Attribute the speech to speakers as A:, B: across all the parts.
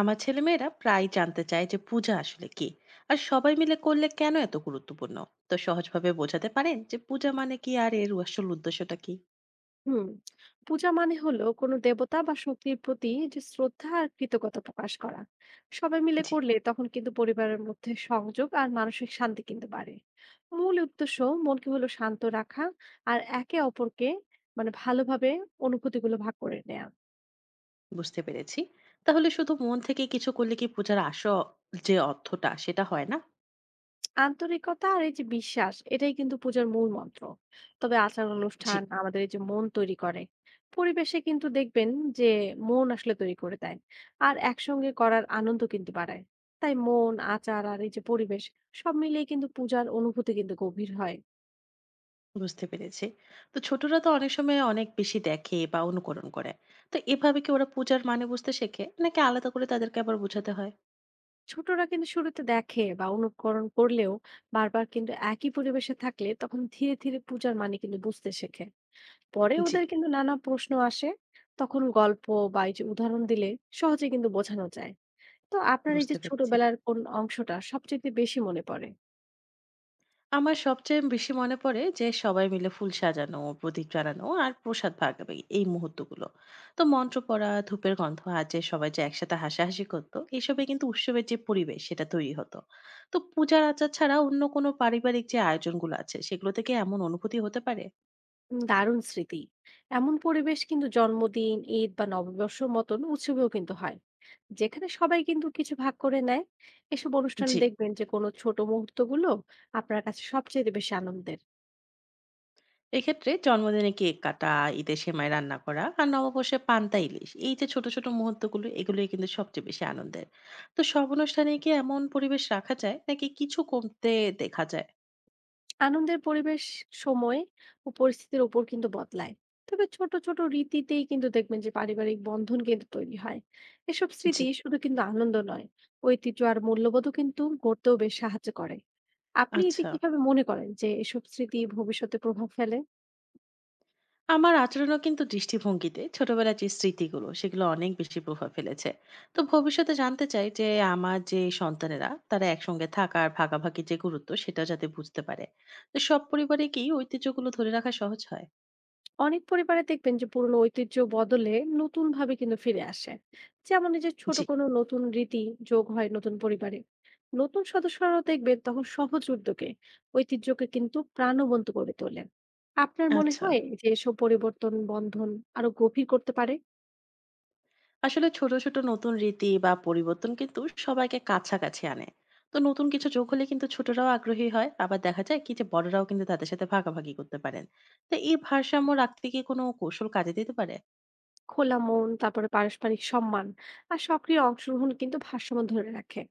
A: আমার ছেলেমেয়েরা প্রায় জানতে চায় যে পূজা আসলে কি আর সবাই মিলে করলে কেন এত গুরুত্বপূর্ণ। তো সহজভাবে বোঝাতে পারেন যে পূজা মানে কি আর এর আসল উদ্দেশ্যটা কি?
B: হুম। পূজা মানে হলো কোনো দেবতা বা শক্তির প্রতি যে শ্রদ্ধা আর কৃতজ্ঞতা প্রকাশ করা। সবাই মিলে
A: জি।
B: করলে তখন কিন্তু পরিবারের মধ্যে সংযোগ আর মানসিক শান্তি কিন্তু বাড়ে। মূল উদ্দেশ্য মনকে হলো শান্ত রাখা আর একে অপরকে মানে ভালোভাবে অনুভূতিগুলো ভাগ করে নেয়া।
A: বুঝতে পেরেছি। তাহলে শুধু মন থেকে কিছু করলে কি পূজার আসল যে অর্থটা সেটা হয় না?
B: আন্তরিকতা আর এই যে বিশ্বাস এটাই কিন্তু পূজার মূল মন্ত্র। তবে আচার
A: জি।
B: অনুষ্ঠান আমাদের এই যে মন তৈরি করে, পরিবেশে কিন্তু দেখবেন যে মন আসলে তৈরি করে দেয় আর একসঙ্গে করার আনন্দ কিন্তু বাড়ায়। তাই মন, আচার আর এই যে পরিবেশ সব মিলিয়ে কিন্তু পূজার অনুভূতি কিন্তু গভীর হয়।
A: বুঝতে পেরেছি। তো ছোটরা তো অনেক সময় অনেক বেশি দেখে বা অনুকরণ করে। তো এভাবে কি ওরা পূজার মানে বুঝতে শেখে নাকি আলাদা করে তাদেরকে আবার বোঝাতে হয়?
B: ছোটরা কিন্তু শুরুতে দেখে বা অনুকরণ করলেও, বারবার কিন্তু একই পরিবেশে থাকলে তখন ধীরে ধীরে পূজার মানে কিন্তু বুঝতে শেখে। পরে
A: জি।
B: ওদের কিন্তু নানা প্রশ্ন আসে। তখন গল্প বা এই যে উদাহরণ দিলে সহজে কিন্তু বোঝানো যায়। তো আপনার এই
A: বুঝতে
B: যে
A: পেরেছি।
B: ছোটবেলার কোন অংশটা সবচাইতে বেশি মনে পড়ে?
A: আমার সবচেয়ে বেশি মনে পড়ে যে সবাই মিলে ফুল সাজানো, প্রদীপ জ্বালানো আর প্রসাদ ভাগাভাগি, এই মুহূর্তগুলো। তো মন্ত্র পড়া, ধূপের গন্ধ আর যে সবাই যে একসাথে হাসাহাসি করতো, এসবে কিন্তু উৎসবের যে পরিবেশ সেটা তৈরি হতো। তো পূজার আচার ছাড়া অন্য কোনো পারিবারিক যে আয়োজনগুলো আছে, সেগুলো থেকে এমন অনুভূতি হতে পারে?
B: দারুণ স্মৃতি। এমন পরিবেশ কিন্তু জন্মদিন, ঈদ বা নববর্ষর মতন উৎসবেও কিন্তু হয়। যেখানে সবাই কিন্তু কিছু ভাগ করে নেয়। এসব অনুষ্ঠানে
A: জি।
B: দেখবেন যে কোনো ছোট মুহূর্তগুলো আপনার কাছে সবচাইতে বেশি আনন্দের।
A: এক্ষেত্রে জন্মদিনে কেক কাটা, ঈদে সেমাই রান্না করা আর নববর্ষে পান্তা ইলিশ, এই যে ছোট ছোট মুহূর্তগুলো, এগুলোই কিন্তু সবচেয়ে বেশি আনন্দের। তো সব অনুষ্ঠানে কি এমন পরিবেশ রাখা যায় নাকি কিছু কমতে দেখা যায়?
B: আনন্দের পরিবেশ সময় ও পরিস্থিতির উপর কিন্তু বদলায়। তবে ছোট ছোট রীতিতেই কিন্তু দেখবেন যে পারিবারিক বন্ধন কিন্তু তৈরি হয়। এসব
A: জি।
B: স্মৃতি শুধু কিন্তু আনন্দ নয়, ঐতিহ্য আর মূল্যবোধও কিন্তু গড়তেও বেশ সাহায্য করে। আপনি এই যে
A: আচ্ছা।
B: কিভাবে মনে করেন যে এসব স্মৃতি ভবিষ্যতে প্রভাব ফেলে?
A: আমার আচরণও কিন্তু দৃষ্টিভঙ্গিতে ছোটবেলার যে স্মৃতিগুলো সেগুলো অনেক বেশি প্রভাব ফেলেছে। তো ভবিষ্যতে জানতে চাই যে আমার যে সন্তানেরা তারা একসঙ্গে থাকা আর ভাগাভাগি যে গুরুত্ব সেটা যাতে বুঝতে পারে। তো সব পরিবারে কি ঐতিহ্যগুলো ধরে রাখা সহজ হয়?
B: অনেক পরিবারে দেখবেন যে পুরনো ঐতিহ্য বদলে নতুন ভাবে কিন্তু ফিরে আসে। যেমন এই যে ছোট
A: জি।
B: কোনো নতুন রীতি যোগ হয় নতুন পরিবারে। নতুন সদস্যরাও দেখবেন তখন সহজ উদ্যোগে ঐতিহ্যকে কিন্তু প্রাণবন্ত করে তোলে। আপনার মনে
A: আচ্ছা।
B: হয় যে এসব পরিবর্তন বন্ধন আরো গভীর করতে পারে?
A: আসলে ছোট, ছোট নতুন রীতি বা পরিবর্তন কিন্তু সবাইকে কাছাকাছি আনে। তো নতুন কিছু যোগ হলে কিন্তু ছোটরাও আগ্রহী হয়। আবার দেখা যায় কি যে বড়রাও কিন্তু তাদের সাথে ভাগাভাগি করতে পারেন। তো এই ভারসাম্য রাখতে কি কোনো কৌশল কাজে দিতে পারে?
B: খোলা মন, তারপরে পারস্পরিক সম্মান আর সক্রিয় অংশগ্রহণ কিন্তু ভারসাম্য ধরে রাখে।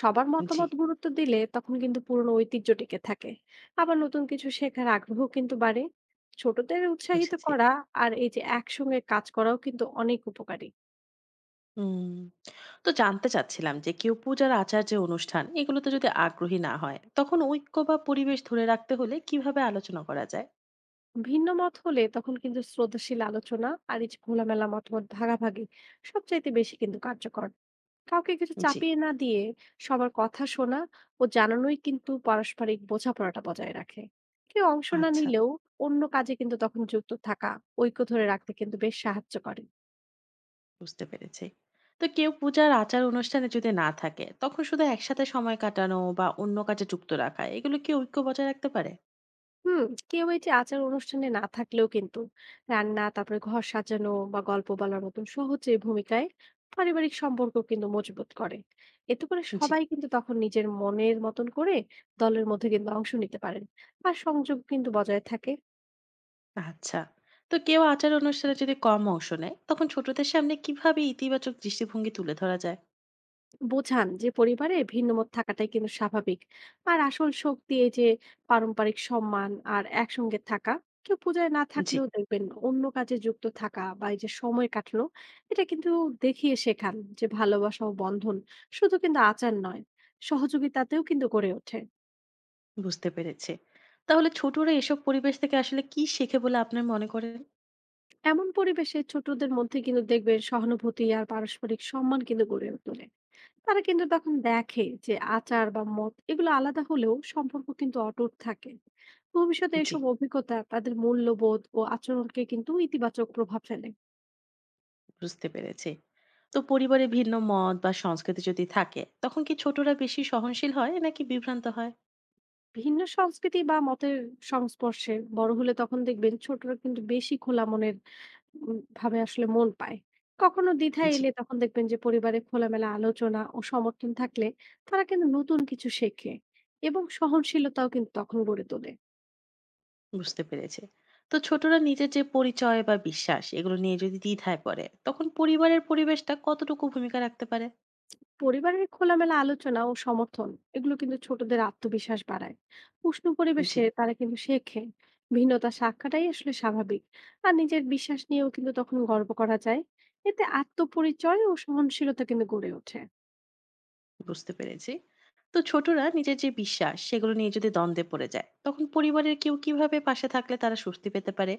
B: সবার
A: জি।
B: মতামত গুরুত্ব দিলে তখন কিন্তু পুরনো ঐতিহ্য টিকে থাকে, আবার নতুন কিছু শেখার আগ্রহ কিন্তু বাড়ে। ছোটদের উৎসাহিত
A: বুঝেছি।
B: করা আর এই যে একসঙ্গে কাজ করাও কিন্তু অনেক উপকারী।
A: হুম। তো জানতে চাচ্ছিলাম যে কেউ পূজার আচার যে অনুষ্ঠান এগুলোতে যদি আগ্রহী না হয়, তখন ঐক্য বা পরিবেশ ধরে রাখতে হলে কিভাবে আলোচনা করা যায়?
B: ভিন্ন মত হলে তখন কিন্তু শ্রদ্ধাশীল আলোচনা আর এই যে খোলামেলা মতামত ভাগাভাগি সবচাইতে বেশি কিন্তু কার্যকর। কাউকে কিছু
A: জি।
B: চাপিয়ে না দিয়ে সবার কথা শোনা ও জানানোই কিন্তু পারস্পরিক বোঝাপড়াটা বজায় রাখে। কেউ অংশ না
A: আচ্ছা।
B: নিলেও অন্য কাজে কিন্তু তখন যুক্ত থাকা ঐক্য ধরে রাখতে কিন্তু বেশ সাহায্য করে।
A: বুঝতে পেরেছি। তো কেউ পূজার আচার অনুষ্ঠানে যদি না থাকে, তখন শুধু একসাথে সময় কাটানো বা অন্য কাজে যুক্ত রাখা, এগুলো কি ঐক্য বজায় রাখতে পারে?
B: হুম। কেউ এই যে আচার অনুষ্ঠানে না থাকলেও কিন্তু রান্না, তারপরে ঘর সাজানো বা গল্প বলার মতন সহজ এই ভূমিকায় পারিবারিক সম্পর্ক কিন্তু মজবুত করে। এতে করে
A: জি।
B: সবাই কিন্তু তখন নিজের মনের মতন করে দলের মধ্যে কিন্তু অংশ নিতে পারেন আর সংযোগ কিন্তু বজায় থাকে।
A: আচ্ছা। তো কেউ আচার অনুষ্ঠানে যদি কম অংশ নেয়, তখন ছোটদের সামনে কিভাবে ইতিবাচক দৃষ্টিভঙ্গি তুলে ধরা যায়?
B: বোঝান যে পরিবারে ভিন্নমত থাকাটাই কিন্তু স্বাভাবিক, আর আসল শক্তি এই যে পারম্পরিক সম্মান আর একসঙ্গে থাকা। কেউ পূজায় না
A: জি।
B: থাকলেও দেখবেন অন্য কাজে যুক্ত থাকা বা এই যে সময় কাটানো, এটা কিন্তু দেখিয়ে শেখান যে ভালোবাসা ও বন্ধন শুধু কিন্তু আচার নয়, সহযোগিতাতেও কিন্তু গড়ে ওঠে।
A: বুঝতে পেরেছি। তাহলে ছোটরা এসব পরিবেশ থেকে আসলে কি শেখে বলে আপনি মনে করেন?
B: এমন পরিবেশে ছোটদের মধ্যে কিন্তু দেখবেন সহানুভূতি আর পারস্পরিক সম্মান কিন্তু গড়ে তোলে। তারা কিন্তু তখন দেখে যে আচার বা মত এগুলো আলাদা হলেও সম্পর্ক কিন্তু অটুট থাকে। ভবিষ্যতে
A: জি।
B: এসব অভিজ্ঞতা তাদের মূল্যবোধ ও আচরণকে কিন্তু ইতিবাচক প্রভাব ফেলে।
A: বুঝতে পেরেছি। তো পরিবারে ভিন্ন মত বা সংস্কৃতি যদি থাকে, তখন কি ছোটরা বেশি সহনশীল হয় নাকি বিভ্রান্ত হয়?
B: ভিন্ন সংস্কৃতি বা মতের সংস্পর্শে বড় হলে তখন দেখবেন ছোটরা কিন্তু বেশি খোলা মনের ভাবে আসলে মন পায়। কখনো দ্বিধা
A: জি।
B: এলে তখন দেখবেন যে পরিবারে খোলামেলা আলোচনা ও সমর্থন থাকলে তারা কিন্তু নতুন কিছু শেখে এবং সহনশীলতাও কিন্তু তখন গড়ে তোলে।
A: বুঝতে পেরেছে। তো ছোটরা নিজের যে পরিচয় বা বিশ্বাস এগুলো নিয়ে যদি দ্বিধায় পড়ে, তখন পরিবারের পরিবেশটা কতটুকু ভূমিকা রাখতে পারে?
B: পরিবারের খোলামেলা আলোচনা ও সমর্থন এগুলো কিন্তু ছোটদের আত্মবিশ্বাস বাড়ায়। উষ্ণ
A: জি।
B: পরিবেশে তারা কিন্তু শেখে ভিন্নতা সাক্ষাটাই আসলে স্বাভাবিক, আর নিজের বিশ্বাস নিয়েও কিন্তু তখন গর্ব করা যায়। এতে আত্মপরিচয় ও সহনশীলতা কিন্তু গড়ে ওঠে।
A: বুঝতে পেরেছি। তো ছোটরা নিজের যে বিশ্বাস সেগুলো নিয়ে যদি দ্বন্দ্বে পড়ে যায়, তখন পরিবারের কেউ কিভাবে পাশে থাকলে তারা স্বস্তি পেতে পারে?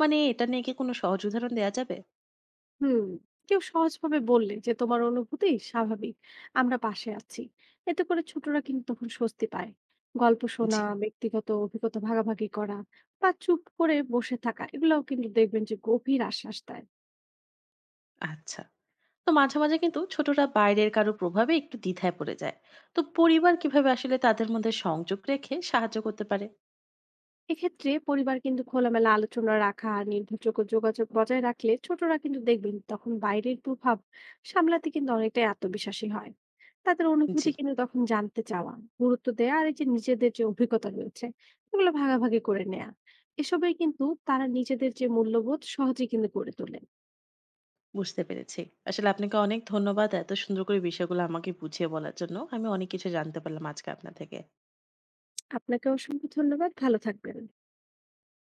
A: মানে এটা নিয়ে কি কোনো সহজ উদাহরণ দেওয়া যাবে?
B: হুম। কেউ সহজভাবে বললে যে তোমার অনুভূতি স্বাভাবিক, আমরা পাশে আছি, এতে করে ছোটরা কিন্তু তখন স্বস্তি পায়। গল্প শোনা,
A: জি।
B: ব্যক্তিগত অভিজ্ঞতা ভাগাভাগি করা বা চুপ করে বসে থাকা, এগুলোও কিন্তু দেখবেন যে গভীর আশ্বাস দেয়।
A: আচ্ছা। তো মাঝে মাঝে কিন্তু ছোটরা বাইরের কারো প্রভাবে একটু দ্বিধায় পড়ে যায়। তো পরিবার কিভাবে আসলে তাদের মধ্যে সংযোগ রেখে সাহায্য করতে পারে?
B: এক্ষেত্রে পরিবার কিন্তু খোলামেলা আলোচনা রাখা আর নির্ভরযোগ্য যোগাযোগ বজায় রাখলে ছোটরা কিন্তু দেখবেন তখন বাইরের প্রভাব সামলাতে কিন্তু অনেকটাই আত্মবিশ্বাসী হয়। তাদের
A: জি।
B: অনুভূতি কিন্তু তখন জানতে চাওয়া, গুরুত্ব দেওয়া আর এই যে নিজেদের যে অভিজ্ঞতা রয়েছে এগুলো ভাগাভাগি করে নেওয়া, এসবে কিন্তু তারা নিজেদের যে মূল্যবোধ সহজে কিন্তু গড়ে তোলে।
A: বুঝতে পেরেছি। আসলে আপনাকে অনেক ধন্যবাদ এত সুন্দর করে বিষয়গুলো আমাকে বুঝিয়ে বলার জন্য। আমি অনেক কিছু জানতে পারলাম আজকে আপনার থেকে।
B: আপনাকে অসংখ্য ধন্যবাদ, ভালো থাকবেন।